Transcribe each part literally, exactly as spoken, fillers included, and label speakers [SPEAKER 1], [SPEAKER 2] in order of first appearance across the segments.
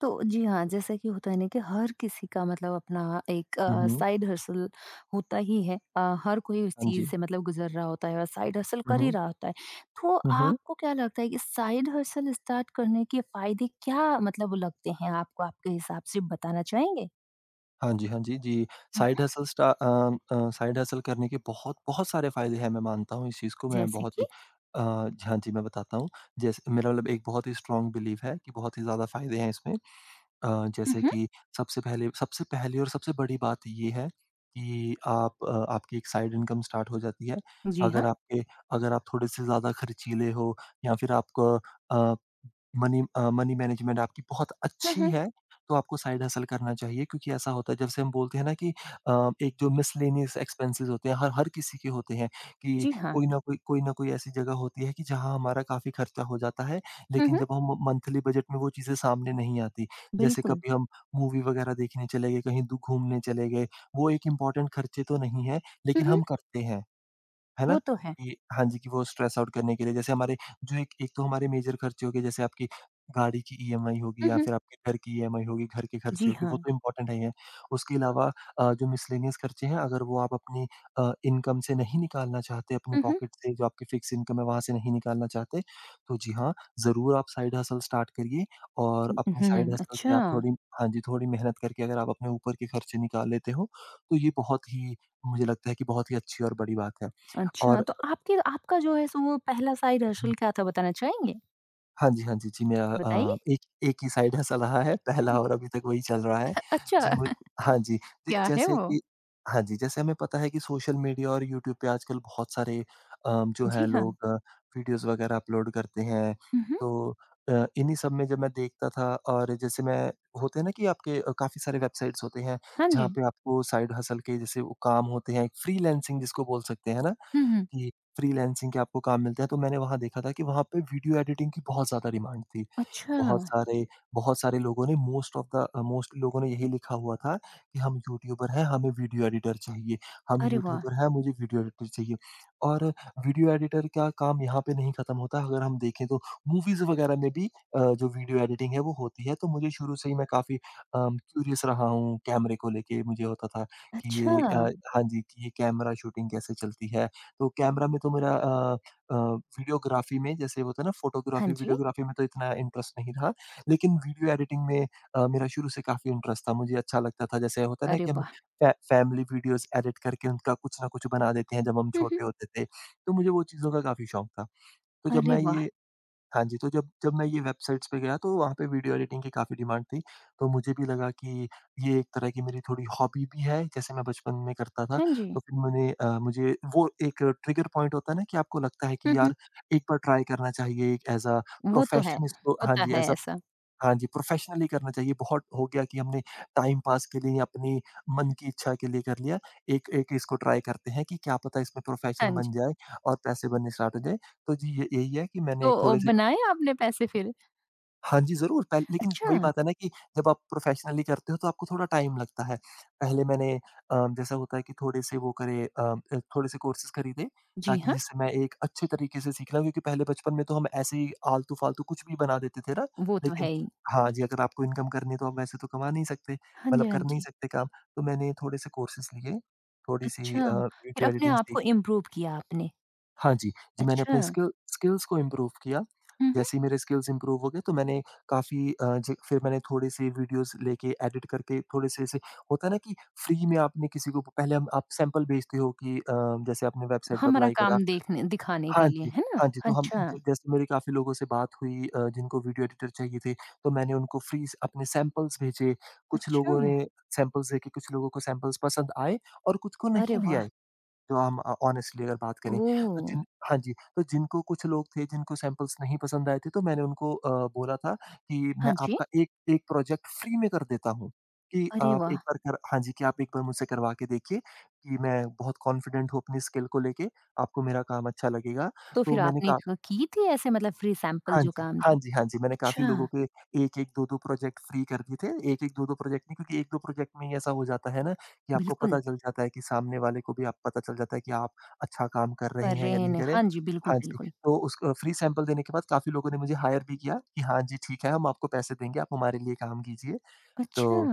[SPEAKER 1] तो जी हाँ, जैसा कि होता है ना कि हर किसी का मतलब अपना एक
[SPEAKER 2] हुँ,
[SPEAKER 1] अ,
[SPEAKER 2] हुँ।
[SPEAKER 1] साइड हसल होता ही है। अ, हर कोई उस
[SPEAKER 2] हाँ
[SPEAKER 1] चीज़
[SPEAKER 2] जी।
[SPEAKER 1] से मतलब गुज़र रहा होता है और साइड हसल
[SPEAKER 2] हुँ,
[SPEAKER 1] कर ही
[SPEAKER 2] हुँ।
[SPEAKER 1] रहा होता है। तो
[SPEAKER 2] हुँ, हुँ।
[SPEAKER 1] आपको क्या लगता है कि साइड हसल स्टार्ट करने के फ़ायदे क्या मतलब लगते हैं आपको? आपके हिसाब से बताना चाहेंगे?
[SPEAKER 2] हाँ जी, हाँ जी, जी।
[SPEAKER 1] हुँ,
[SPEAKER 2] साइड
[SPEAKER 1] हुँ।
[SPEAKER 2] हसल स्टा अ अ, साइड हसल करने के बहुत बहुत सारे फ़ायदे हैं, मैं मानता हूँ इस चीज़ को। मैं
[SPEAKER 1] जैसे
[SPEAKER 2] बहुत
[SPEAKER 1] कि?
[SPEAKER 2] ही अ, जी हाँ जी, मैं बताता हूँ। जैसे मेरा मतलब एक बहुत ही स्ट्रॉन्ग बिलीव है कि बहुत ही ज़्यादा फ़ायदे हैं इसमें। अ,
[SPEAKER 1] हुँ,
[SPEAKER 2] जैसे
[SPEAKER 1] हुँ।
[SPEAKER 2] कि सबसे पहले सबसे पहली और सबसे बड़ी बात ये है कि आप अ, आपकी एक साइड इनकम स्टार्ट हो जाती है।
[SPEAKER 1] जी हाँ।
[SPEAKER 2] अगर आपके अगर आप थोड़े-से ज़्यादा खर्चीले हो या फिर आपको uh money uh, money management आपकी बहुत
[SPEAKER 1] हुँ,
[SPEAKER 2] अच्छी
[SPEAKER 1] हुँ।
[SPEAKER 2] है, तो आपको साइड हसल करना चाहिए, क्योंकि ऐसा होता है जब से हम बोलते हैं ना कि अ, एक जो मिसलेनियस एक्सपेंसेस होते हैं हर हर किसी के होते हैं कि
[SPEAKER 1] जी हाँ।
[SPEAKER 2] कोई ना कोई कोई ना कोई ऐसी जगह होती है कि जहाँ हमारा काफ़ी खर्चा हो जाता है,
[SPEAKER 1] हुँ,
[SPEAKER 2] लेकिन
[SPEAKER 1] हुँ।
[SPEAKER 2] जब हम मंथली बजट में वो चीज़ें सामने नहीं आती। जैसे
[SPEAKER 1] बिल्कुल।
[SPEAKER 2] कभी हम मूवी वगैरह देखने चले गए, कहीं दू घूमने चले गए, वो एक इम्पोर्टेंट खर्चे तो नहीं है,
[SPEAKER 1] हुँ,
[SPEAKER 2] लेकिन
[SPEAKER 1] हुँ।
[SPEAKER 2] हम करते हैं। है ना?
[SPEAKER 1] वो तो है।
[SPEAKER 2] कि हाँ जी, कि वो स्ट्रेस आउट करने के लिए। जैसे हमारे जो एक एक तो हमारे मेजर खर्चे हो गए, जैसे आपकी गाड़ी की ई एम आई होगी
[SPEAKER 1] हुँ,
[SPEAKER 2] या
[SPEAKER 1] हुँ।
[SPEAKER 2] फिर आपके घर की ई एम आई होगी, घर के खर्चे
[SPEAKER 1] जी
[SPEAKER 2] होंगे, वो
[SPEAKER 1] हाँ।
[SPEAKER 2] तो इम्पोर्टेंट है ही है। उसके अलावा अ, जो मिसलेनियस खर्चे हैं, अगर वो आप अपनी अ, इनकम से नहीं निकालना चाहते, अपनी
[SPEAKER 1] हुँ, हुँ।
[SPEAKER 2] पॉकेट से जो आपकी फिक्स इनकम है वहाँ से नहीं निकालना चाहते, तो जी हाँ, ज़रूर आप साइड हसल स्टार्ट करिए और
[SPEAKER 1] हुँ,
[SPEAKER 2] अपनी साइड
[SPEAKER 1] हुँ।
[SPEAKER 2] हसल से
[SPEAKER 1] अच्छा।
[SPEAKER 2] आप थोड़ी हाँ जी, थोड़ी मेहनत करके अगर आप अपने ऊपर के खर्चे निकाल लेते हो, तो ये बहुत ही मुझे लगता है कि बहुत ही अच्छी और बड़ी बात है।
[SPEAKER 1] अच्छा,
[SPEAKER 2] और
[SPEAKER 1] तो आपके आपका जो है सो वो पहला साइड
[SPEAKER 2] हुँ,
[SPEAKER 1] हसल क्या था बताना चाहेंगे?
[SPEAKER 2] हाँ जी, हाँ जी, जी मेरा अ,
[SPEAKER 1] बताइए।
[SPEAKER 2] एक एक ही साइड हँसा रहा है, पहला और अभी तक वही चल रहा है।
[SPEAKER 1] अच्छा,
[SPEAKER 2] जी मु हाँ जी, जी
[SPEAKER 1] क्या है
[SPEAKER 2] जैसे
[SPEAKER 1] वो?
[SPEAKER 2] कि हाँ जी, जैसे हमें पता है कि सोशल मीडिया और यूट्यूब पे आजकल बहुत सारे अ, जो है
[SPEAKER 1] जी हाँ।
[SPEAKER 2] लोग अ, वीडियोज़ वगैरह अपलोड करते हैं।
[SPEAKER 1] हुँ, हुँ।
[SPEAKER 2] तो अ, इन्हीं सब में जब मैं देखता था, और जैसे मैं होते हैं ना कि आपके अ, काफ़ी सारे वेबसाइट्स होते हैं,
[SPEAKER 1] हाँ
[SPEAKER 2] जहाँ
[SPEAKER 1] जी।
[SPEAKER 2] पे आपको साइड हसल के जैसे वो काम होते हैं, फ्रीलांसिंग जिसको बोल सकते हैं, है ना?
[SPEAKER 1] हुँ, हुँ।
[SPEAKER 2] कि फ्रीलांसिंग के आपको काम मिलते हैं। तो मैंने वहाँ देखा था कि वहाँ पे वीडियो एडिटिंग की बहुत ज़्यादा डिमांड थी।
[SPEAKER 1] अच्छा,
[SPEAKER 2] बहुत सारे बहुत सारे लोगों ने most of the uh, mostly लोगों ने यही लिखा हुआ था कि हम यूट्यूबर हैं, हमें वीडियो एडिटर चाहिए। हम
[SPEAKER 1] अरे वाह!
[SPEAKER 2] यूट्यूबर हैं, मुझे वीडियो एडिटर चाहिए। और वीडियो एडिटर का काम यहाँ पे नहीं खत्म होता, अगर हम देखें तो मूवीज़ वगैरह में भी अ, जो वीडियो एडिटिंग है वो होती है। तो मुझे शुरू से ही मैं काफ़ी अम, क्यूरियस रहा हूँ कैमरे को लेके। मुझे होता था कि
[SPEAKER 1] अच्छा,
[SPEAKER 2] ये अ, हाँ जी, कि ये कैमरा शूटिंग कैसे चलती है? तो कैमरा में तो मेरा अ अ, वीडियोग्राफ़ी में, जैसे होता है ना
[SPEAKER 1] हाँ
[SPEAKER 2] फ़ोटोग्राफ़ी,
[SPEAKER 1] जी।
[SPEAKER 2] वीडियोग्राफ़ी में तो इतना इंटरेस्ट नहीं रहा। लेकिन वीडियो एडिटिंग में अ, मेरा शुरू से काफ़ी इंटरेस्ट था, मुझे अच्छा लगता था। जैसे होता है ना
[SPEAKER 1] अरे
[SPEAKER 2] कि हम
[SPEAKER 1] वाह!
[SPEAKER 2] फै फैमिली वीडियोज़ एडिट करके उनका कुछ ना कुछ बना देते हैं जब हम
[SPEAKER 1] हुँ, हुँ।
[SPEAKER 2] छोटे होते थे। तो मुझे वो चीज़ों का काफ़ी शौक था। तो जब
[SPEAKER 1] अरे
[SPEAKER 2] मैं
[SPEAKER 1] वाह!
[SPEAKER 2] ये हाँ जी, तो जब जब मैं ये वेबसाइट्स पे गया, तो वहाँ पे वीडियो एडिटिंग की काफ़ी डिमांड थी। तो मुझे भी लगा कि ये एक तरह की मेरी थोड़ी हॉबी भी है, जैसे मैं बचपन में करता था।
[SPEAKER 1] हाँ जी।
[SPEAKER 2] तो फिर मैंने अ, मुझे वो एक ट्रिगर पॉइंट होता है ना कि आपको लगता है
[SPEAKER 1] हुँ,
[SPEAKER 2] कि
[SPEAKER 1] हुँ।
[SPEAKER 2] यार एक बार ट्राई करना चाहिए, एक ऐज़ अ
[SPEAKER 1] वो तो है,
[SPEAKER 2] प्रोफेशन इसको, हाँ
[SPEAKER 1] होता
[SPEAKER 2] जी,
[SPEAKER 1] है
[SPEAKER 2] ऐज़ अ
[SPEAKER 1] ऐसा।
[SPEAKER 2] हाँ जी, प्रोफेशनली करना चाहिए। बहुत हो गया कि हमने टाइम पास के लिए अपनी मन की इच्छा के लिए कर लिया। एक एक इसको ट्राई करते हैं कि क्या पता इसमें
[SPEAKER 1] हाँ
[SPEAKER 2] प्रोफेशन
[SPEAKER 1] जी।
[SPEAKER 2] बन जाए और पैसे बनने स्टार्ट हो जाए। तो जी, य यही है कि मैंने
[SPEAKER 1] तो
[SPEAKER 2] एक
[SPEAKER 1] अ,
[SPEAKER 2] थोड़े से
[SPEAKER 1] बनाए आपने पैसे फिर?
[SPEAKER 2] हाँ जी, ज़रूर पह लेकिन
[SPEAKER 1] अच्छा,
[SPEAKER 2] वही बात है ना कि जब आप प्रोफ़ेशनली करते हो तो आपको थोड़ा टाइम लगता है। पहले मैंने अ, जैसा होता है कि थोड़े से वो करे अ अ, थोड़े से कोर्सेज़ खरीदे,
[SPEAKER 1] जी
[SPEAKER 2] ताकि
[SPEAKER 1] हाँ,
[SPEAKER 2] जिससे मैं एक अच्छे तरीके से सीख लूँ, क्योंकि पहले बचपन में तो हम ऐसे ही आलतू-फालतू कुछ भी बना देते थे ना।
[SPEAKER 1] वो तो
[SPEAKER 2] लेकिन
[SPEAKER 1] है ही।
[SPEAKER 2] हाँ जी, अगर आपको इनकम करनी है तो आप वैसे तो कमा नहीं सकते,
[SPEAKER 1] हाँ
[SPEAKER 2] मतलब
[SPEAKER 1] जी, हाँ
[SPEAKER 2] कर नहीं
[SPEAKER 1] जी।
[SPEAKER 2] सकते काम। तो मैंने थोड़े से कोर्सेज़ लिए, थोड़ी-सी अ,
[SPEAKER 1] अच्छा, फिर
[SPEAKER 2] वीडियो
[SPEAKER 1] अपने
[SPEAKER 2] एडिटिंग
[SPEAKER 1] आप
[SPEAKER 2] सीखी।
[SPEAKER 1] को इम्प्रूव किया आपने।
[SPEAKER 2] हाँ जी, जी मैंने
[SPEAKER 1] अच्छा।
[SPEAKER 2] अपने स्किल स्किल्स को इम्प्रूव किया।
[SPEAKER 1] हुँ, हुँ।
[SPEAKER 2] जैसे ही मेरे स्किल्स इम्प्रूव हो गए, तो मैंने काफ़ी अ, ज फिर मैंने थोड़े-से वीडियोज़ लेके एडिट करके थोड़े-से, ऐसे होता है ना कि फ्री में आपने किसी को पहले हम आप सैंपल भेजते हो कि अ, जैसे आपने वेबसाइट पे
[SPEAKER 1] हमारा
[SPEAKER 2] अप्लाई करा,
[SPEAKER 1] काम देखने दिखाने के
[SPEAKER 2] हाँ
[SPEAKER 1] लिए,
[SPEAKER 2] जी,
[SPEAKER 1] है ना?
[SPEAKER 2] हाँ जी, तो हम
[SPEAKER 1] अच्छा,
[SPEAKER 2] ज जैसे मेरी काफ़ी लोगों से बात हुई अ, जिनको वीडियो एडिटर चाहिए थे, तो मैंने उनको फ्री स अपने सैंपल्स भेजे। कुछ
[SPEAKER 1] अच्छा।
[SPEAKER 2] लोगों ने सैंपल्स देखे, कुछ लोगों को सैंपल्स पसंद आए और कुछ को
[SPEAKER 1] अरे
[SPEAKER 2] नहीं भी
[SPEAKER 1] वाह!
[SPEAKER 2] आए। जो हम अ, ऑनेस्टली अगर बात करें, तो
[SPEAKER 1] ओह!
[SPEAKER 2] जिन हाँ जी, तो जिनको, कुछ लोग थे जिनको सैंपल्स नहीं पसंद आए थे, तो मैंने उनको अ, बोला था कि मैं
[SPEAKER 1] हाँ जी।
[SPEAKER 2] आपका एक एक प्रोजेक्ट फ्री में कर देता हूँ, कि
[SPEAKER 1] अरे
[SPEAKER 2] आप
[SPEAKER 1] वाह!
[SPEAKER 2] एक बार कर हाँ जी, कि आप एक बार मुझसे करवा के देखिए, कि मैं बहुत कॉन्फिडेंट हूँ अपनी स्किल को लेके, आपको मेरा काम अच्छा लगेगा।
[SPEAKER 1] तो
[SPEAKER 2] तो
[SPEAKER 1] फिर
[SPEAKER 2] मैंने
[SPEAKER 1] आपने
[SPEAKER 2] का
[SPEAKER 1] क की थी ऐसे मतलब फ्री सैंपल
[SPEAKER 2] हाँ
[SPEAKER 1] जो
[SPEAKER 2] जी,
[SPEAKER 1] काम
[SPEAKER 2] हाँ
[SPEAKER 1] थी?
[SPEAKER 2] जी, हाँ जी, मैंने काफ़ी लोगों
[SPEAKER 1] अच्छा,
[SPEAKER 2] के एक एक दो दो प्रोजेक्ट फ्री कर दिए थे। एक एक दो दो प्रोजेक्ट नहीं, क्योंकि एक दो प्रोजेक्ट में ही ऐसा हो जाता है ना कि आपको
[SPEAKER 1] बिल्कुल,
[SPEAKER 2] पता चल जाता है कि सामने वाले को भी आप पता चल जाता है कि आप अच्छा काम कर रहे
[SPEAKER 1] कर
[SPEAKER 2] हैं
[SPEAKER 1] रहे
[SPEAKER 2] या
[SPEAKER 1] हैं।
[SPEAKER 2] नहीं
[SPEAKER 1] ना।
[SPEAKER 2] कर रहे।
[SPEAKER 1] हाँ जी, बिल्कुल,
[SPEAKER 2] हाँ जी,
[SPEAKER 1] बिल्कुल।
[SPEAKER 2] तो उसको फ्री सैंपल देने के बाद काफ़ी लोगों ने मुझे हायर भी किया कि हाँ जी, ठीक है, हम आपको पैसे देंगे, आप हमारे लिए काम कीजिए।
[SPEAKER 1] अच्छा,
[SPEAKER 2] तो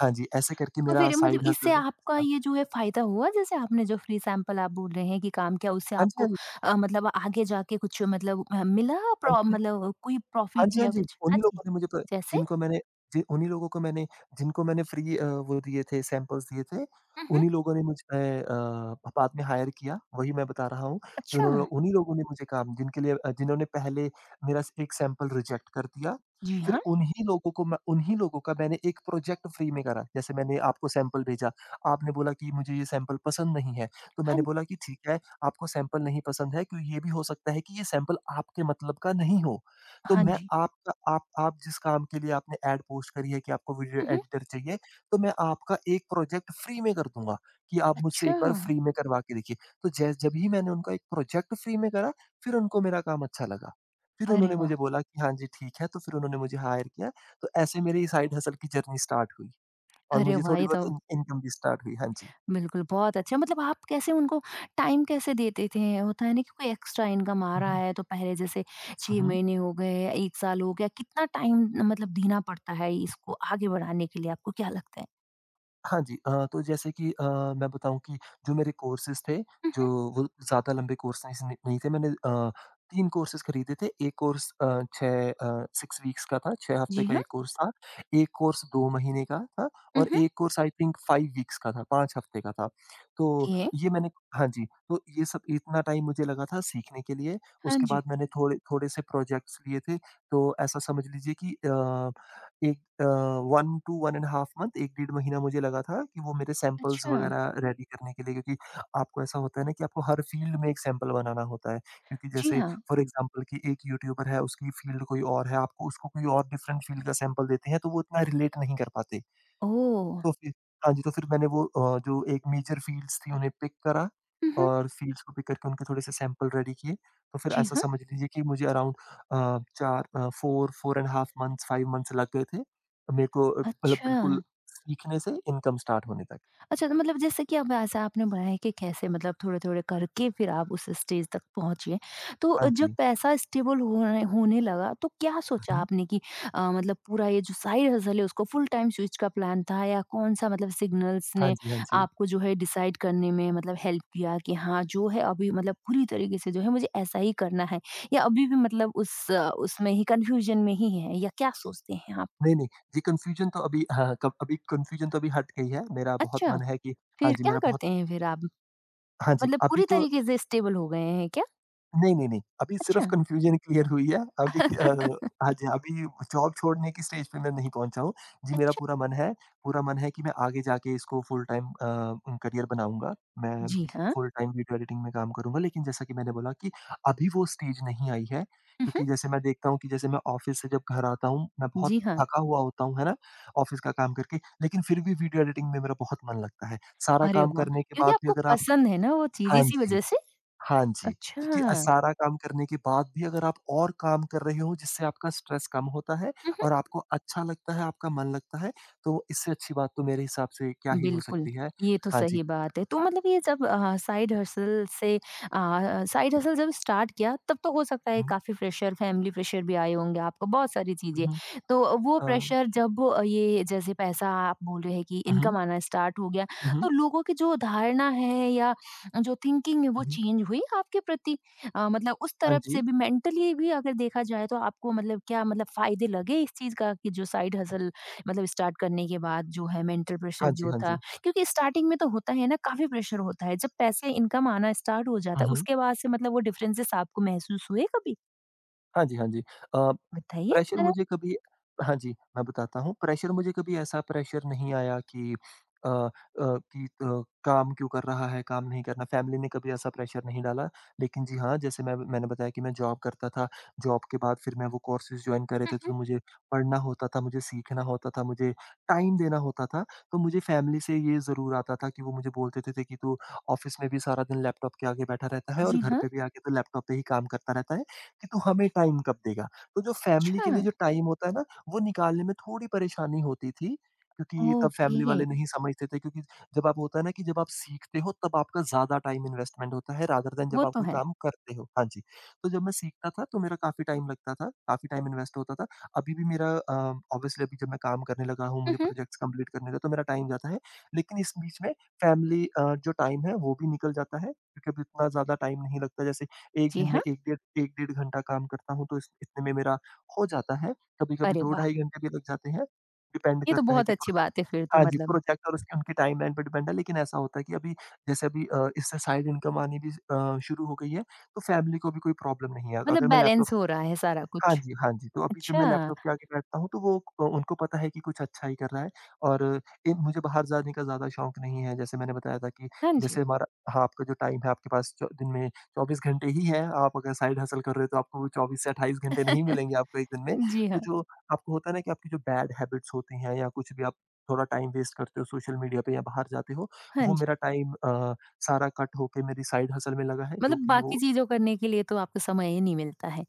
[SPEAKER 2] हाँ जी, ऐसे करके
[SPEAKER 1] तो
[SPEAKER 2] मेरा
[SPEAKER 1] फिर मतलब
[SPEAKER 2] साइड
[SPEAKER 1] इससे
[SPEAKER 2] हसल।
[SPEAKER 1] आपका ये जो है फ़ायदा हुआ जैसे आपने जो फ्री सैंपल आप बोल रहे हैं कि काम किया उससे
[SPEAKER 2] हाँ जी, हाँ
[SPEAKER 1] आपको
[SPEAKER 2] जी।
[SPEAKER 1] अ, मतलब आगे जाके कुछ मतलब अ, मिला
[SPEAKER 2] हाँ
[SPEAKER 1] प्रो
[SPEAKER 2] जी, हाँ।
[SPEAKER 1] मतलब कोई
[SPEAKER 2] हाँ
[SPEAKER 1] प्रॉफिट
[SPEAKER 2] जी, हाँ
[SPEAKER 1] या
[SPEAKER 2] जी।
[SPEAKER 1] कुछ? हाँ
[SPEAKER 2] उन्हीं
[SPEAKER 1] जी।
[SPEAKER 2] लोगों ने मुझे प
[SPEAKER 1] जैसे?
[SPEAKER 2] जिनको मैंने जि उन्हीं लोगों को मैंने जिनको मैंने फ्री अ, वो दिए थे सैंपल्स दिए थे,
[SPEAKER 1] हुँ, हुँ।
[SPEAKER 2] उन्हीं लोगों ने मुझे अ, बाद में हायर किया। वही मैं बता रहा हूँ कि
[SPEAKER 1] अच्छा।
[SPEAKER 2] उन्होंने उन्हीं लोगों ने मुझे काम, जिनके लिए अ, जिन्होंने पहले मेरा स- एक सैंपल रिजेक्ट कर दिया,
[SPEAKER 1] जी
[SPEAKER 2] फिर
[SPEAKER 1] हाँ।
[SPEAKER 2] उन्हीं लोगों को मैं उन्हीं लोगों का मैंने एक प्रोजेक्ट फ्री में करा। जैसे मैंने आपको सैंपल भेजा, आपने बोला कि मुझे ये सैंपल पसंद नहीं है, तो
[SPEAKER 1] हाँ,
[SPEAKER 2] मैंने बोला कि ठीक है, आपको सैंपल नहीं पसंद है, क्यों, ये भी हो सकता है कि ये सैंपल आपके मतलब का नहीं हो। तो
[SPEAKER 1] हाँ
[SPEAKER 2] मैं
[SPEAKER 1] जी।
[SPEAKER 2] आपका आप आप जिस काम के लिए आपने एड पोस्ट करी है कि आपको वीडियो
[SPEAKER 1] हुँ, हुँ।
[SPEAKER 2] एडिटर चाहिए, तो मैं आपका एक प्रोजेक्ट फ्री में कर दूँगा, कि आप मुझसे एक
[SPEAKER 1] अच्छा!
[SPEAKER 2] बार फ्री में करवा के देखिए। तो जै जब ही मैंने उनका एक प्रोजेक्ट फ्री में करा, फिर उनको मेरा काम अच्छा लगा। फिर
[SPEAKER 1] अरे
[SPEAKER 2] उन्होंने
[SPEAKER 1] वाह!
[SPEAKER 2] मुझे बोला कि हाँ जी, ठीक है, तो फिर उन्होंने मुझे हायर किया। तो ऐसे मेरी साइड हसल की जर्नी स्टार्ट हुई और
[SPEAKER 1] अरे
[SPEAKER 2] मुझे
[SPEAKER 1] वाह!
[SPEAKER 2] थोड़ी
[SPEAKER 1] ये
[SPEAKER 2] बहुत
[SPEAKER 1] तो
[SPEAKER 2] इन इनकम भी स्टार्ट हुई। हाँ जी।
[SPEAKER 1] बिल्कुल बहुत अच्छा मतलब आप कैसे उनको टाइम कैसे देते थे? होता है ना कि कोई एक्स्ट्रा इनकम आ
[SPEAKER 2] हुँ,
[SPEAKER 1] रहा
[SPEAKER 2] हुँ।
[SPEAKER 1] है तो पहले जैसे
[SPEAKER 2] हुँ,
[SPEAKER 1] छह
[SPEAKER 2] हुँ।
[SPEAKER 1] महीने हो गए, एक साल हो गया, कितना टाइम मतलब देना पड़ता है इसको आगे बढ़ाने के लिए आपको क्या लगता है?
[SPEAKER 2] हाँ जी। अ, तो जैसे कि अ, मैं बताऊँ कि जो मेरे कोर्सेज़ थे,
[SPEAKER 1] हुँ,
[SPEAKER 2] जो
[SPEAKER 1] हुँ।
[SPEAKER 2] वो ज़्यादा लंबे कोर्स नहीं नहीं नहीं थे। मैंने अ, तीन कोर्सेज़ खरीदे थे। एक course uh, six uh, six weeks का था, छह हफ्ते
[SPEAKER 1] जी
[SPEAKER 2] का
[SPEAKER 1] हाँ।
[SPEAKER 2] एक कोर्स था। एक कोर्स दो महीने का था
[SPEAKER 1] हुँ,
[SPEAKER 2] और
[SPEAKER 1] हुँ।
[SPEAKER 2] एक course I think five weeks का था, फाइव हफ्ते का था। तो
[SPEAKER 1] ये?
[SPEAKER 2] ये मैंने हाँ जी, तो ये सब इतना टाइम मुझे लगा था सीखने के लिए।
[SPEAKER 1] हाँ
[SPEAKER 2] उसके
[SPEAKER 1] जी।
[SPEAKER 2] बाद मैंने थोड़े थोड़े से प्रोजेक्ट्स लिए थे। तो ऐसा समझ लीजिए कि अ, एक अ, वन टू डेढ़ मंथ, एक डेढ़ महीना मुझे लगा था कि वो मेरे सैंपल्स
[SPEAKER 1] अच्छा।
[SPEAKER 2] वगैरह रेडी करने के लिए, क्योंकि आपको ऐसा होता है ना कि आपको हर फ़ील्ड में एक सैंपल बनाना होता है। क्योंकि
[SPEAKER 1] जी
[SPEAKER 2] जैसे
[SPEAKER 1] हाँ।
[SPEAKER 2] फ़ॉर एग्ज़ाम्पल कि एक यूट्यूबर है, उसकी फ़ील्ड कोई और है, आपको उसको कोई और डिफरेंट फ़ील्ड का सैंपल देते हैं, तो वो इतना रिलेट नहीं कर पाते।
[SPEAKER 1] ओह!
[SPEAKER 2] तो फिर हाँ जी, तो फिर मैंने वो अ, जो एक मेजर फ़ील्ड्स थी उन्हें पिक करा
[SPEAKER 1] हुँ, हुँ।
[SPEAKER 2] और फ़ील्ड्स को पिक करके उनके थोड़े से सैंपल रेडी किए। तो फिर
[SPEAKER 1] जी
[SPEAKER 2] ऐसा
[SPEAKER 1] हाँ।
[SPEAKER 2] समझ लीजिए कि मुझे around uh, four uh, four four and half months five months लग गए थे। मेरे को अ, मतलब
[SPEAKER 1] अच्छा।
[SPEAKER 2] बिल्कुल सीखने से इनकम स्टार्ट होने तक।
[SPEAKER 1] अच्छा तो मतलब जैसे कि अब ऐसा आपने बनाया है कि कैसे मतलब थोड़े-थोड़े करके फिर आप उस स्टेज तक पहुँचिए। तो
[SPEAKER 2] हाँ
[SPEAKER 1] जब
[SPEAKER 2] जी।
[SPEAKER 1] पैसा स्टेबल होने होने लगा तो क्या सोचा
[SPEAKER 2] हुँ।
[SPEAKER 1] आपने कि अ, मतलब पूरा ये जो साइड हसल है उसको फुल टाइम स्विच का प्लान था या कौन-सा मतलब सिग्नल्स
[SPEAKER 2] हाँ
[SPEAKER 1] ने
[SPEAKER 2] जी, हाँ जी।
[SPEAKER 1] आपको जो है डिसाइड करने में मतलब हेल्प किया कि हाँ, जो है अभी मतलब पूरी तरीके से जो है मुझे ऐसा ही करना है या अभी भी मतलब उस अ, उसमें ही कन्फ्यूजन में ही है या क्या सोचते हैं आप?
[SPEAKER 2] नहीं, नहीं, ये कन्फ्यूज़न तो अभी हाँ, हाँ, कब अभी कन्फ्यूज़न तो अभी हट गई है। मेरा बहुत
[SPEAKER 1] अच्छा,
[SPEAKER 2] मन है कि। हाँ
[SPEAKER 1] फिर
[SPEAKER 2] जी,
[SPEAKER 1] क्या
[SPEAKER 2] मेरा बहुत।
[SPEAKER 1] करते हैं फिर आप?
[SPEAKER 2] हाँ जी,
[SPEAKER 1] मतलब
[SPEAKER 2] अभी
[SPEAKER 1] पूरी
[SPEAKER 2] तो।
[SPEAKER 1] तरीके से स्टेबल हो गए हैं क्या?
[SPEAKER 2] नहीं, नहीं, नहीं। अभी सिर्फ़
[SPEAKER 1] अच्छा।
[SPEAKER 2] कन्फ्यूज़न क्लियर हुई है। अभी क- अ, हाँ जी, अभी जॉब छोड़ने की स्टेज पे मैं नहीं पहुँचा हूँ। जी, मेरा
[SPEAKER 1] अच्छा।
[SPEAKER 2] पूरा मन है पूरा मन है कि मैं आगे जाके इसको फुल टाइम अ, करियर बनाऊँगा। मैं
[SPEAKER 1] जी हाँ।
[SPEAKER 2] फुल टाइम वीडियो एडिटिंग में काम करूँगा। लेकिन जैसा कि मैंने बोला कि अभी वो स्टेज नहीं आई है,
[SPEAKER 1] हुँ, हुँ।
[SPEAKER 2] क्योंकि जैसे मैं देखता हूँ कि जैसे मैं ऑफ़िस से जब घर आता हूँ, मैं बहुत
[SPEAKER 1] जी हाँ।
[SPEAKER 2] थका हुआ होता हूँ, है ना? ऑफ़िस का काम करके, लेकिन फिर भी वीडियो एडिटिंग में मेरा बहुत मन लगता है। सारा
[SPEAKER 1] अरे
[SPEAKER 2] काम
[SPEAKER 1] वाह!
[SPEAKER 2] करने के
[SPEAKER 1] क्योंकि
[SPEAKER 2] बाद भी
[SPEAKER 1] आपको
[SPEAKER 2] अगर आप।
[SPEAKER 1] पसंद है ना वो चीज़
[SPEAKER 2] हाँ
[SPEAKER 1] इसी
[SPEAKER 2] जी।
[SPEAKER 1] वज़ह से?
[SPEAKER 2] हाँ जी,
[SPEAKER 1] अच्छा।
[SPEAKER 2] क्योंकि अ,
[SPEAKER 1] हुँ,
[SPEAKER 2] सारा काम करने के बाद भी अगर आप और काम कर रहे हो जिससे आपका स्ट्रेस कम होता है
[SPEAKER 1] हुँ।
[SPEAKER 2] और आपको अच्छा लगता है, आपका मन लगता है, तो इससे अच्छी बात तो मेरे हिसाब से क्या ही हो
[SPEAKER 1] बिल्कुल,
[SPEAKER 2] सकती है।
[SPEAKER 1] ये तो
[SPEAKER 2] हाँ जी।
[SPEAKER 1] सही बात है। तो मतलब ये जब अ, साइड हसल से अ, साइड हसल जब स्टार्ट किया तब तो हो सकता है
[SPEAKER 2] हुँ,
[SPEAKER 1] काफ़ी प्रेशर फैमिली प्रेशर भी आए होंगे आपको, बहुत सारी चीज़ें।
[SPEAKER 2] हुँ,
[SPEAKER 1] तो वो
[SPEAKER 2] अ,
[SPEAKER 1] प्रेशर जब अ, ये जैसे पैसा आप बोल रहे हैं कि
[SPEAKER 2] हुँ,
[SPEAKER 1] इनकम आना स्टार्ट हो गया,
[SPEAKER 2] हुँ,
[SPEAKER 1] तो लोगों की जो धारणा है या जो थिंकिंग है
[SPEAKER 2] हुँ,
[SPEAKER 1] वो
[SPEAKER 2] हुँ।
[SPEAKER 1] चेंज हुई आपके प्रति? अ, मतलब उस
[SPEAKER 2] हाँ
[SPEAKER 1] तरफ
[SPEAKER 2] जी,
[SPEAKER 1] से भी मेंटली भी अगर देखा जाए तो आपको मतलब क्या मतलब फ़ायदे लगे इस चीज़ का कि जो साइड हसल मतलब स्टार्ट करने के बाद जो है मेंटल
[SPEAKER 2] हाँ
[SPEAKER 1] प्रेशर
[SPEAKER 2] जी,
[SPEAKER 1] जो
[SPEAKER 2] हाँ
[SPEAKER 1] था
[SPEAKER 2] जी।
[SPEAKER 1] क्योंकि स्टार्टिंग में तो होता है ना काफ़ी प्रेशर होता है। जब पैसे इनकम आना स्टार्ट हो
[SPEAKER 2] हुँ,
[SPEAKER 1] जाता है
[SPEAKER 2] हुँ।
[SPEAKER 1] उसके बाद से मतलब वो डिफरेंसेस आपको महसूस हुए कभी?
[SPEAKER 2] हाँ जी, हाँ जी। अ,
[SPEAKER 1] बताइए
[SPEAKER 2] प्रेशर
[SPEAKER 1] ज़रा।
[SPEAKER 2] मुझे कभी। हाँ जी, मैं बताता हूँ। प्रेशर मुझे कभी ऐसा प्रेशर नहीं आया कि अ अ, कि अ, काम क्यों कर रहा है, काम नहीं करना। फैमिली ने कभी ऐसा प्रेशर नहीं डाला। लेकिन जी हाँ, जैसे मैं मैंने बताया कि मैं जॉब करता था। जॉब के बाद फिर मैं वो कोर्सेज़ जॉइन करे
[SPEAKER 1] हुँ,
[SPEAKER 2] थे,
[SPEAKER 1] हुँ।
[SPEAKER 2] तो मुझे पढ़ना होता था, मुझे सीखना होता था, मुझे टाइम देना होता था। तो मुझे फैमिली से ये ज़रूर आता था कि वो मुझे बोलते थे थे कि, "तू ऑफ़िस में भी सारा दिन लैपटॉप के आगे बैठा रहता है और
[SPEAKER 1] जी
[SPEAKER 2] घर
[SPEAKER 1] हाँ।
[SPEAKER 2] पे भी आके तो लैपटॉप पे ही काम करता रहता है। कि तू हमें टाइम कब देगा?" तो जो फैमिली
[SPEAKER 1] अच्छा।
[SPEAKER 2] के लिए जो टाइम होता है ना, वो निकालने में थोड़ी परेशानी होती थी, क्योंकि तब फैमिली
[SPEAKER 1] ओके,
[SPEAKER 2] वाले नहीं समझते थे क्योंकि जब आप होता है ना कि जब आप सीखते हो तब आपका ज़्यादा टाइम इन्वेस्टमेंट होता है रादर देन जब
[SPEAKER 1] वो
[SPEAKER 2] आप
[SPEAKER 1] तो
[SPEAKER 2] कोई
[SPEAKER 1] है।
[SPEAKER 2] काम करते हो। हाँ जी। तो जब मैं सीखता था तो मेरा काफ़ी टाइम लगता था, काफ़ी टाइम इन्वेस्ट होता था। अभी भी मेरा अ, ऑब्वियसली अभी जब मैं काम करने लगा हूँ,
[SPEAKER 1] हुँ,
[SPEAKER 2] मुझे
[SPEAKER 1] हुँ।
[SPEAKER 2] प्रोजेक्ट्स कंप्लीट करने हैं तो मेरा टाइम जाता है। लेकिन इस बीच में फैमिली अ, जो टाइम है वो भी निकल जाता है, क्योंकि अब इतना ज़्यादा टाइम नहीं लगता। जैसे एक
[SPEAKER 1] जी
[SPEAKER 2] दिन में
[SPEAKER 1] हाँ।
[SPEAKER 2] एक डेढ़ एक डेढ़ घंटा काम करता हूँ, तो इस इतने में मेरा हो जाता है। कभी-कभी
[SPEAKER 1] अरे
[SPEAKER 2] दो
[SPEAKER 1] वाह!
[SPEAKER 2] ढाई घंटे भी लग जाते हैं, डिपेंड
[SPEAKER 1] ये तो
[SPEAKER 2] करता है
[SPEAKER 1] बहुत
[SPEAKER 2] कि प्रो
[SPEAKER 1] अच्छी बात है फिर तो
[SPEAKER 2] हाँ जी,
[SPEAKER 1] मतलब,
[SPEAKER 2] प्रोजेक्ट और उसकी उनकी टाइमलाइन पे डिपेंड है, लेकिन ऐसा होता है कि अभी जैसे अभी अ, इससे साइड इनकम आनी भी अ, शुरू हो गई है, तो फैमिली को भी कोई प्रॉब्लम नहीं है। अगर
[SPEAKER 1] मतलब
[SPEAKER 2] मैं लैपटॉप।
[SPEAKER 1] बैलेंस हो रहा है सारा
[SPEAKER 2] हाँ
[SPEAKER 1] कुछ।
[SPEAKER 2] जी, हाँ जी। तो अभी जब मैं
[SPEAKER 1] अच्छा,
[SPEAKER 2] लैपटॉप के आगे बैठता हूँ तो वो अ, उनको पता है कि कुछ अच्छा ही कर रहा है और इन मुझे बाहर जाने का ज़्यादा शौक नहीं है। जैसे मैंने बताया था कि
[SPEAKER 1] हाँ जी।
[SPEAKER 2] जैसे हमारा। हाँ, आपका जो टाइम है आपके पास चौ दिन में चौबीस घंटे ही है। आप अगर साइड हसल कर रहे हो तो आपको वो चौबीस से अट्ठाईस घंटे नहीं मिलेंगे आपको एक दिन में।
[SPEAKER 1] जी
[SPEAKER 2] तो
[SPEAKER 1] हाँ,
[SPEAKER 2] जो आपको होता है ना कि आपकी जो बैड हैबिट्स होती हैं या कुछ भी आप थोड़ा टाइम वेस्ट करते हो सोशल मीडिया पे या बाहर जाते हो,
[SPEAKER 1] हाँ
[SPEAKER 2] वो
[SPEAKER 1] जी।
[SPEAKER 2] मेरा टाइम अ, सारा कट होके मेरी साइड हसल में लगा है जो
[SPEAKER 1] मतलब
[SPEAKER 2] कि वो।
[SPEAKER 1] बाकी चीज़ों करने के लिए तो आपको समय ही नहीं मिलता है।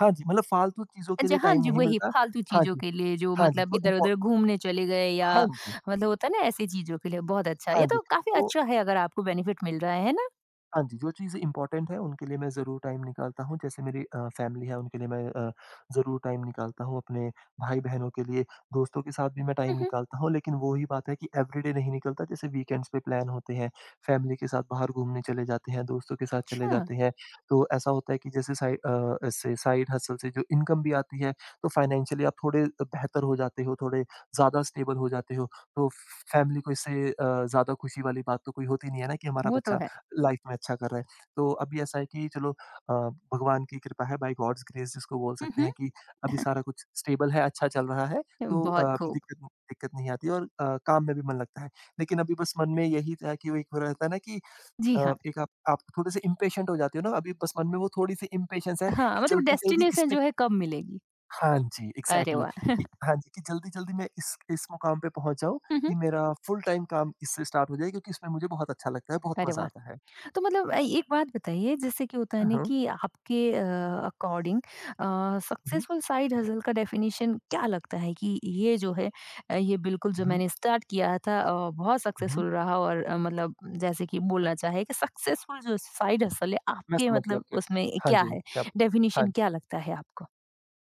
[SPEAKER 2] हाँ जी, मतलब फालतू चीज़ों के
[SPEAKER 1] अच्छा,
[SPEAKER 2] लिए
[SPEAKER 1] हाँ
[SPEAKER 2] टाइम
[SPEAKER 1] जी,
[SPEAKER 2] नहीं
[SPEAKER 1] वही
[SPEAKER 2] मिलता।
[SPEAKER 1] फालतू
[SPEAKER 2] हाँ
[SPEAKER 1] चीज़ों
[SPEAKER 2] जी।
[SPEAKER 1] के लिए जो
[SPEAKER 2] Handy,
[SPEAKER 1] मतलब
[SPEAKER 2] so
[SPEAKER 1] इधर-उधर
[SPEAKER 2] important.
[SPEAKER 1] घूमने चले गए या
[SPEAKER 2] Handy,
[SPEAKER 1] मतलब होता है ना ऐसी चीज़ों के लिए, बहुत अच्छा। ये
[SPEAKER 2] handy,
[SPEAKER 1] तो काफ़ी
[SPEAKER 2] so.
[SPEAKER 1] अच्छा है अगर आपको बेनिफिट मिल रहा है, है ना?
[SPEAKER 2] हाँ जी, जो चीज़ें इम्पोर्टेंट हैं उनके लिए मैं ज़रूर टाइम निकालता हूँ। जैसे मेरी अ, फैमिली है उनके लिए मैं अ, ज़रूर टाइम निकालता हूँ, अपने भाई-बहनों के लिए, दोस्तों के साथ भी मैं
[SPEAKER 1] हुँ,
[SPEAKER 2] टाइम
[SPEAKER 1] हुँ,
[SPEAKER 2] निकालता हूँ। लेकिन वो ही बात है कि एवरीडे नहीं निकलता। जैसे वीकेंड्स पे प्लान होते हैं, फैमिली के साथ बाहर घूमने चले जाते हैं, दोस्तों के साथ चले
[SPEAKER 1] अच्छा,
[SPEAKER 2] जाते हैं। तो ऐसा होता है कि जैसे साइड अ, ऐसे साइड हसल से जो इनकम भी आती है तो फाइनेंशियली आप थोड़े बेहतर हो जाते हो, थोड़े ज़्यादा स्टेबल हो जाते हो। तो फैमिली को इससे अ, ज़्यादा खुशी वाली बात तो कोई होती नहीं है ना कि हमारा
[SPEAKER 1] वो तो
[SPEAKER 2] बच्चा
[SPEAKER 1] है।
[SPEAKER 2] लाइफ में अच्छा कर रहा है। तो अभी ऐसा है कि चलो अ, भगवान की कृपा है, बाय गॉड्स ग्रेस जिसको बोल
[SPEAKER 1] हुँ,
[SPEAKER 2] सकते
[SPEAKER 1] हुँ,
[SPEAKER 2] हैं, कि अभी सारा कुछ स्टेबल है, अच्छा चल रहा है, तो अ,
[SPEAKER 1] बहुत
[SPEAKER 2] अभी
[SPEAKER 1] खूब।
[SPEAKER 2] दिक्कत दिक्कत नहीं आती और अ, काम में भी मन लगता है। लेकिन अभी बस मन में यही था कि वो एक हो रहता है ना कि
[SPEAKER 1] जी
[SPEAKER 2] अ,
[SPEAKER 1] हाँ।
[SPEAKER 2] एक आप आप थोड़े से इम्पेशेंट हो जाते हो ना, अभी बस मन में वो थोड़ी-सी इम्पेशेंस है
[SPEAKER 1] हाँ,
[SPEAKER 2] कि
[SPEAKER 1] मतलब
[SPEAKER 2] जल्दी-जल्दी
[SPEAKER 1] डेस्टिनेशन
[SPEAKER 2] इसमें।
[SPEAKER 1] जो है कब मिलेगी?
[SPEAKER 2] हाँ जी,
[SPEAKER 1] अरे
[SPEAKER 2] एग्ज़ैक्टली
[SPEAKER 1] वाह!
[SPEAKER 2] कि हाँ जी, कि जल्दी-जल्दी मैं इस इस मुकाम पे पहुँच जाऊँ
[SPEAKER 1] हुँ, हुँ,
[SPEAKER 2] कि मेरा फुल टाइम काम इससे स्टार्ट हो जाए क्योंकि इसमें मुझे बहुत अच्छा लगता है, बहुत
[SPEAKER 1] अरे
[SPEAKER 2] मज़ा
[SPEAKER 1] वाह!
[SPEAKER 2] आता है।
[SPEAKER 1] तो मतलब अ, एक बात बताइए जैसे कि होता है
[SPEAKER 2] हुँ,
[SPEAKER 1] ना
[SPEAKER 2] हुँ।
[SPEAKER 1] कि आपके अकॉर्डिंग
[SPEAKER 2] हुँ।
[SPEAKER 1] सक्सेसफुल साइड हसल का डेफिनेशन क्या लगता है कि ये जो है अ, ये बिल्कुल जो
[SPEAKER 2] हुँ,
[SPEAKER 1] मैंने स्टार्ट किया था अ, बहुत
[SPEAKER 2] हुँ, हुँ।
[SPEAKER 1] सक्सेसफुल रहा और अ, मतलब जैसे कि बोलना चाहे कि सक्सेसफुल जो साइड हसल है
[SPEAKER 2] मैं
[SPEAKER 1] आपके
[SPEAKER 2] समझ गया
[SPEAKER 1] मतलब
[SPEAKER 2] आपके।
[SPEAKER 1] उसमें
[SPEAKER 2] हाँ
[SPEAKER 1] क्या
[SPEAKER 2] जी,
[SPEAKER 1] है
[SPEAKER 2] क्या पूछा? हाँ,
[SPEAKER 1] डेफिनेशन क्या लगता है आपको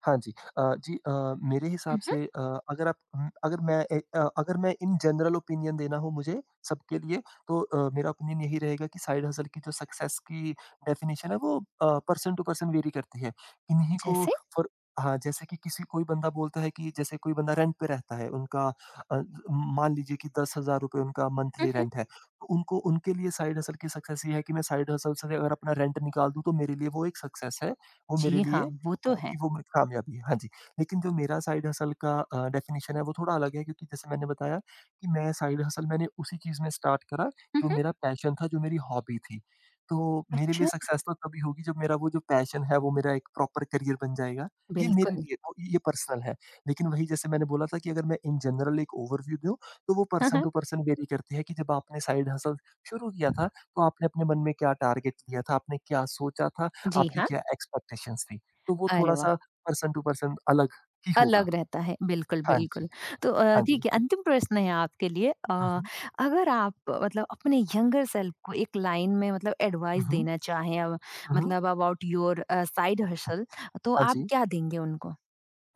[SPEAKER 2] हाँ जी। अ, जी, अ, मेरे हिसाब
[SPEAKER 1] मम्हम,
[SPEAKER 2] से अ, अगर आप उम, अगर मैं ए अ, अगर मैं इन जनरल ओपिनियन देना हो मुझे सबके लिए तो अ, मेरा ओपिनियन यही रहेगा कि साइड हसल की जो सक्सेस की डेफिनिशन है वो अ, पर्सन टू पर्सन वेरी करती है। किन्हीं को
[SPEAKER 1] जैसे
[SPEAKER 2] फॉर। हाँ, जैसे कि किसी कोई बंदा बोलता है कि जैसे कोई बंदा रेंट पे रहता है, उनका अ, मान लीजिए कि ₹ दस हज़ार उनका मंथली
[SPEAKER 1] मम्हम,
[SPEAKER 2] रेंट है। तो उनको उनके लिए साइड हसल की सक्सेस ये है कि मैं साइड हसल से अगर अपना रेंट निकाल दूँ तो मेरे लिए वो एक सक्सेस है। वो मेरे
[SPEAKER 1] जी हाँ
[SPEAKER 2] लिए
[SPEAKER 1] वो तो
[SPEAKER 2] अ,
[SPEAKER 1] है
[SPEAKER 2] कि वो मेरी कामयाबी है। हाँ जी, लेकिन जो मेरा साइड हसल का अ, डेफिनिशन है वो थोड़ा अलग है क्योंकि जैसे मैंने बताया कि मैं साइड हसल मैंने उसी चीज़ में स्टार्ट करा जो
[SPEAKER 1] मम्हम।
[SPEAKER 2] मेरा पैशन था, जो मेरी हॉबी थी। तो मेरे लिए
[SPEAKER 1] अच्छा
[SPEAKER 2] सक्सेस तो तभी होगी जब मेरा वो जो पैशन है वो मेरा एक प्रॉपर करियर बन जाएगा। ये मेरे
[SPEAKER 1] बिल्कुल
[SPEAKER 2] लिए तो ये पर्सनल है। लेकिन वही जैसे मैंने बोला था कि अगर मैं इन जनरल एक ओवरव्यू दूँ तो वो
[SPEAKER 1] हाँ
[SPEAKER 2] पर्सन
[SPEAKER 1] हाँ,
[SPEAKER 2] टू पर्सन वेरी करती है कि जब आपने साइड हसल शुरू किया था तो आपने अपने मन में क्या टारगेट लिया था, आपने क्या सोचा था,
[SPEAKER 1] जी
[SPEAKER 2] आपकी
[SPEAKER 1] हाँ
[SPEAKER 2] क्या एक्सपेक्टेशंस थी? तो वो
[SPEAKER 1] अरे वाह
[SPEAKER 2] थोड़ा-सा पर्सन टू पर्सन अलग ही होगा।
[SPEAKER 1] अलग रहता है, बिल्कुल,
[SPEAKER 2] हाँ जी,
[SPEAKER 1] बिल्कुल। तो अ,
[SPEAKER 2] हाँ जी।
[SPEAKER 1] ठीक है, अंतिम प्रश्न है आपके लिए अ,
[SPEAKER 2] हुँ, हुँ।
[SPEAKER 1] अगर आप अ, मतलब अपने यंगर सेल्फ को एक लाइन में मतलब
[SPEAKER 2] हुँ,
[SPEAKER 1] एडवाइस
[SPEAKER 2] हुँ।
[SPEAKER 1] देना चाहें अब
[SPEAKER 2] हुँ, हुँ।
[SPEAKER 1] मतलब about your uh, side hustle तो
[SPEAKER 2] हाँ
[SPEAKER 1] आप
[SPEAKER 2] जी।
[SPEAKER 1] क्या देंगे उनको?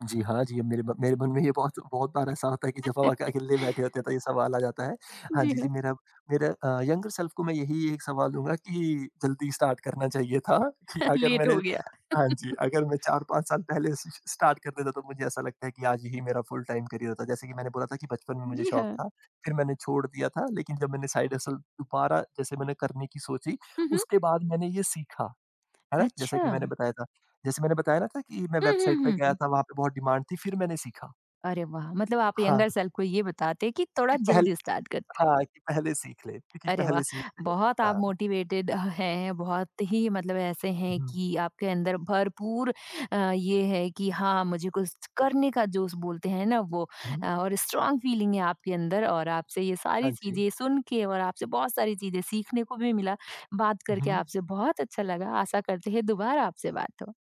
[SPEAKER 2] जी हाँ, जी मेरे ब मेरे मन में ये बहुत बहुत बार ऐसा होता है कि जब हम अक अकेले बैठे होते हैं तो ये सवाल आ जाता है। हाँ
[SPEAKER 1] जी
[SPEAKER 2] जी, जी
[SPEAKER 1] हाँ,
[SPEAKER 2] मेरा मेरा अ, यंगर सेल्फ को मैं यही एक सवाल दूँगा कि जल्दी स्टार्ट करना चाहिए था कि अगर
[SPEAKER 1] लेट
[SPEAKER 2] मैंने।
[SPEAKER 1] हो गया।
[SPEAKER 2] हाँ जी, अगर मैं चार पाँच साल पहले स स्टार्ट कर देता तो मुझे ऐसा लगता है कि आज यही मेरा फुल टाइम करियर होता। जैसे कि मैंने बोला था कि बचपन में मुझे
[SPEAKER 1] जी
[SPEAKER 2] शौक
[SPEAKER 1] हाँ।
[SPEAKER 2] था, फिर मैंने छोड़ दिया था, लेकिन जब मैंने साइड हसल दोबारा जैसे मैंने करने की सोची,
[SPEAKER 1] हुँ, हुँ।
[SPEAKER 2] उसके बाद मैंने ये सीखा। है ना? जैसा
[SPEAKER 1] अच्छा।
[SPEAKER 2] कि मैंने
[SPEAKER 1] हुँ,
[SPEAKER 2] बताया था। जैसे मैंने बताया ना था कि मैं
[SPEAKER 1] हुँ,
[SPEAKER 2] वेबसाइट पे
[SPEAKER 1] हुँ,
[SPEAKER 2] गया
[SPEAKER 1] हुँ।
[SPEAKER 2] था, वहाँ पे बहुत डिमांड थी, फिर मैंने सीखा।
[SPEAKER 1] अरे वाह! मतलब आप
[SPEAKER 2] हाँ,
[SPEAKER 1] यंगर सेल्फ को ये बताते कि
[SPEAKER 2] कि
[SPEAKER 1] थोड़ा
[SPEAKER 2] पहले।
[SPEAKER 1] जल्दी स्टार्ट कर
[SPEAKER 2] हाँ, कि पहले सीख ले, कि
[SPEAKER 1] अरे वाह!
[SPEAKER 2] पहले सीख ले।
[SPEAKER 1] बहुत
[SPEAKER 2] हाँ।
[SPEAKER 1] आप मोटिवेटेड हैं, बहुत ही मतलब ऐसे हैं
[SPEAKER 2] हुँ,
[SPEAKER 1] कि आपके अंदर भरपूर अ, ये है कि हाँ, मुझे कुछ करने का जोश बोलते हैं ना वो
[SPEAKER 2] हुँ।
[SPEAKER 1] अ, और स्ट्रॉन्ग फीलिंग है आपके अंदर और आपसे ये
[SPEAKER 2] हाँ
[SPEAKER 1] सारी
[SPEAKER 2] जी।
[SPEAKER 1] चीज़ें सुन के और आपसे बहुत सारी चीज़ें सीखने को भी मिला। बात करके
[SPEAKER 2] हुँ।
[SPEAKER 1] आपसे बहुत अच्छा लगा। आशा करते हैं दोबारा आपसे बात हो।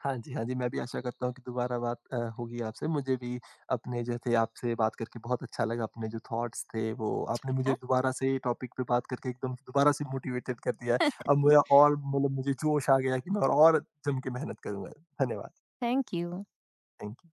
[SPEAKER 2] हाँ जी, हाँ जी। मैं भी आशा करता हूँ कि दोबारा बात अ, होगी आपसे। मुझे भी अपने जो थे आपसे बात करके बहुत अच्छा लगा। अपने जो थॉट्स थे वो आपने मुझे
[SPEAKER 1] हाँ,
[SPEAKER 2] दोबारा से टॉपिक पे बात करके एकदम दोबारा से मोटिवेटेड कर दिया है। अब मेरा और मतलब मुझे जोश आ गया है कि मैं और जम के मेहनत करूँगा। धन्यवाद।
[SPEAKER 1] Thank you.
[SPEAKER 2] Thank you.